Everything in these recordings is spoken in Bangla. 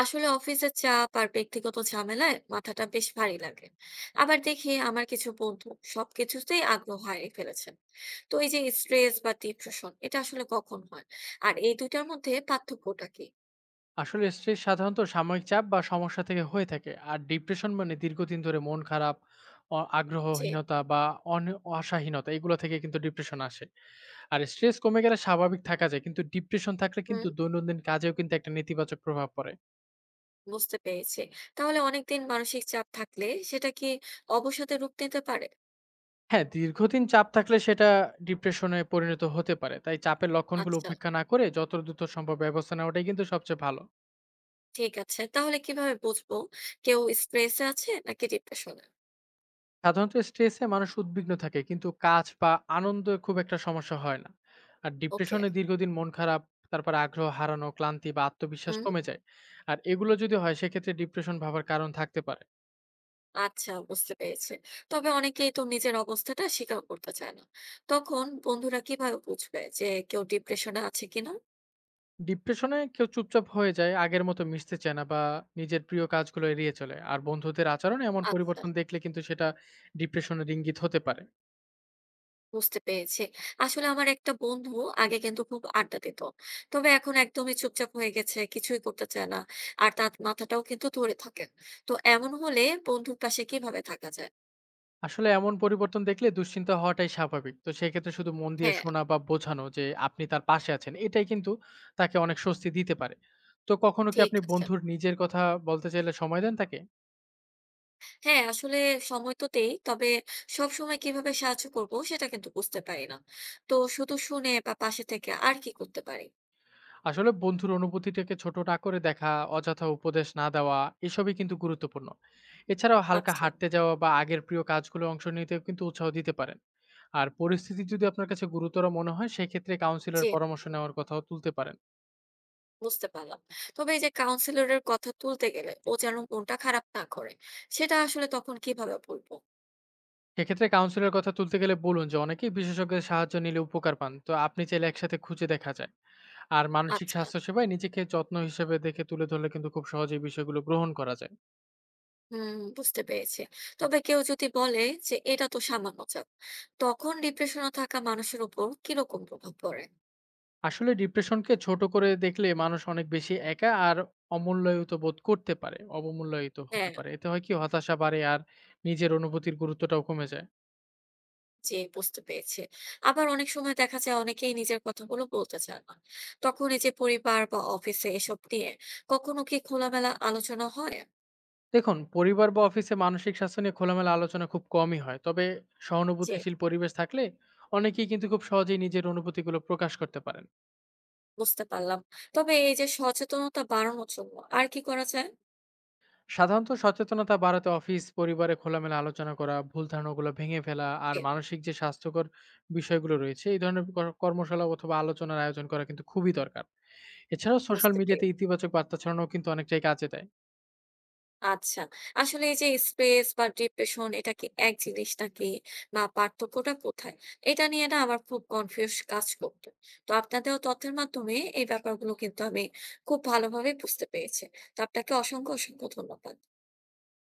আসলে অফিসের চাপ আর ব্যক্তিগত ঝামেলায় মাথাটা বেশ ভারী লাগে। আবার দেখি আমার কিছু বন্ধু সবকিছুতেই আগ্রহ হারিয়ে ফেলেছেন। তো এই যে স্ট্রেস বা ডিপ্রেশন, এটা আসলে কখন হয় আর এই দুইটার মধ্যে পার্থক্যটা কি? আসলে স্ট্রেস সাধারণত সাময়িক চাপ বা সমস্যা থেকে হয়ে থাকে, আর ডিপ্রেশন মানে দীর্ঘদিন ধরে মন খারাপ, যে, আগ্রহহীনতা বা আশাহীনতা, এগুলো থেকে কিন্তু ডিপ্রেশন আসে। আর স্ট্রেস কমে গেলে স্বাভাবিক থাকা যায়, কিন্তু ডিপ্রেশন থাকলে কিন্তু হুম, দৈনন্দিন কাজেও কিন্তু একটা নেতিবাচক প্রভাব পড়ে। বুঝতে পেরেছি। তাহলে অনেকদিন মানসিক চাপ থাকলে সেটা কি অবসাদে রূপ নিতে পারে? হ্যাঁ, দীর্ঘদিন চাপ থাকলে সেটা ডিপ্রেশনে পরিণত হতে পারে। তাই চাপের লক্ষণগুলো আচ্ছা, উপেক্ষা না করে যত দ্রুত সম্ভব ব্যবস্থা নেওয়াটাই কিন্তু সবচেয়ে ভালো। ঠিক আছে, তাহলে কিভাবে বুঝবো কেউ স্ট্রেসে আছে নাকি ডিপ্রেশনে? সাধারণত স্ট্রেসে মানুষ উদ্বিগ্ন থাকে, কিন্তু কাজ বা আনন্দে খুব একটা সমস্যা হয় না। আর ওকে। ডিপ্রেশনে দীর্ঘদিন মন খারাপ, তারপর আগ্রহ হারানো, ক্লান্তি বা আত্মবিশ্বাস কমে যায়। আর এগুলো যদি হয় সেক্ষেত্রে ডিপ্রেশন ভাবার কারণ থাকতে পারে। আচ্ছা, বুঝতে পেরেছি। তবে অনেকেই তো নিজের অবস্থাটা স্বীকার করতে চায় না। তখন বন্ধুরা কিভাবে বুঝবে যে কেউ ডিপ্রেশনে আছে কিনা? ডিপ্রেশনে কেউ চুপচাপ হয়ে যায়, আগের মতো মিশতে চায় না বা নিজের প্রিয় কাজগুলো এড়িয়ে চলে। আর বন্ধুদের আচরণে এমন আচ্ছা, পরিবর্তন দেখলে কিন্তু সেটা ডিপ্রেশনের ইঙ্গিত হতে পারে। বুঝতে পেরেছি। আসলে আমার একটা বন্ধু আগে কিন্তু খুব আড্ডা দিত। তবে এখন একদমই চুপচাপ হয়ে গেছে, কিছুই করতে চায় না। আর তার মাথাটাও কিন্তু ধরে থাকে। তো এমন হলে বন্ধুর পাশে কিভাবে থাকা যায়? আসলে এমন পরিবর্তন দেখলে দুশ্চিন্তা হওয়াটাই স্বাভাবিক। তো সেক্ষেত্রে শুধু মন দিয়ে হ্যাঁ, শোনা বা বোঝানো যে আপনি তার পাশে আছেন, এটাই কিন্তু তাকে অনেক স্বস্তি দিতে পারে। তো কখনো কি ঠিক আপনি আছে। বন্ধুর নিজের কথা বলতে চাইলে সময় দেন তাকে? হ্যাঁ, আসলে সময় তো দেই। তবে সবসময় কিভাবে সাহায্য করব সেটা কিন্তু বুঝতে পারি না। তো শুধু শুনে বা পাশে থেকে আর কি করতে পারি? আসলে বন্ধুর অনুভূতিটাকে ছোট না করে দেখা, অযথা উপদেশ না দেওয়া, এসবই কিন্তু গুরুত্বপূর্ণ। এছাড়াও হালকা আচ্ছা, হাঁটতে যাওয়া বা আগের প্রিয় কাজগুলো অংশ নিতেও কিন্তু উৎসাহ দিতে পারেন। আর পরিস্থিতি যদি আপনার কাছে গুরুতর মনে হয় সেক্ষেত্রে কাউন্সিলর জি, পরামর্শ নেওয়ার কথাও তুলতে পারেন। বুঝতে পারলাম। তবে এই যে কাউন্সিলরের কথা তুলতে গেলে ও যেন মনটা খারাপ না করে, সেটা আসলে তখন কিভাবে বলবো? সেক্ষেত্রে কাউন্সিলের কথা তুলতে গেলে বলুন যে অনেকেই বিশেষজ্ঞের সাহায্য নিলে উপকার পান। তো আপনি চাইলে একসাথে খুঁজে দেখা যায়। আর মানসিক আচ্ছা, স্বাস্থ্য সেবায় নিজেকে যত্ন হিসেবে দেখে তুলে ধরলে কিন্তু খুব সহজেই বিষয়গুলো গ্রহণ করা যায়। হুম, বুঝতে পেরেছি। তবে কেউ যদি বলে যে এটা তো সামান্য চাপ, তখন ডিপ্রেশনে থাকা মানুষের উপর কিরকম প্রভাব পড়ে? আসলে ডিপ্রেশনকে ছোট করে দেখলে মানুষ অনেক বেশি একা আর অমূল্যায়িত বোধ করতে পারে, অবমূল্যায়িত হ্যাঁ। হতে পারে। এতে হয় কি, হতাশা বাড়ে আর নিজের অনুভূতির গুরুত্বটাও কমে যায়। জি, বুঝতে পেরেছি। আবার অনেক সময় দেখা যায় অনেকেই নিজের কথাগুলো বলতে চান না। তখন এই যে পরিবার বা অফিসে এসব নিয়ে কখনো কি খোলামেলা আলোচনা হয়? দেখুন, পরিবার বা অফিসে মানসিক স্বাস্থ্য নিয়ে খোলামেলা আলোচনা খুব কমই হয়, তবে জি, সহানুভূতিশীল পরিবেশ থাকলে অনেকেই কিন্তু খুব সহজেই নিজের অনুভূতিগুলো প্রকাশ করতে পারেন। বুঝতে পারলাম। তবে এই যে সচেতনতা বাড়ানোর জন্য আর কি করা যায়? সাধারণত সচেতনতা বাড়াতে অফিস পরিবারে খোলামেলা আলোচনা করা, ভুল ধারণাগুলো ভেঙে ফেলা আর জি, মানসিক যে স্বাস্থ্যকর বিষয়গুলো রয়েছে এই ধরনের কর্মশালা অথবা আলোচনার আয়োজন করা কিন্তু খুবই দরকার। এছাড়াও সোশ্যাল বুঝতে মিডিয়াতে পেরেছি। ইতিবাচক বার্তা ছড়ানো কিন্তু অনেকটাই কাজে দেয়। আচ্ছা। আসলে এই যে স্ট্রেস বা ডিপ্রেশন, এটা কি এক জিনিস নাকি? বা পার্থক্যটা কোথায়? এটা নিয়ে না আমার খুব কনফিউজ কাজ করত। তো আপনার দেওয়া তথ্যের মাধ্যমে এই ব্যাপারগুলো কিন্তু আমি খুব ভালোভাবে বুঝতে পেরেছি। তো আপনাকে অসংখ্য, অসংখ্য ধন্যবাদ।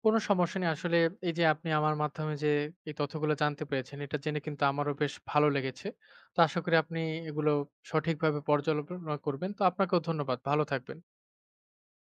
কোনো সমস্যা নেই। আসলে এই যে আপনি আমার মাধ্যমে যে এই তথ্যগুলো জানতে পেরেছেন, এটা জেনে কিন্তু আমারও বেশ ভালো লেগেছে। তো আশা করি আপনি এগুলো সঠিকভাবে পর্যালোচনা করবেন। তো আপনাকেও ধন্যবাদ, ভালো থাকবেন।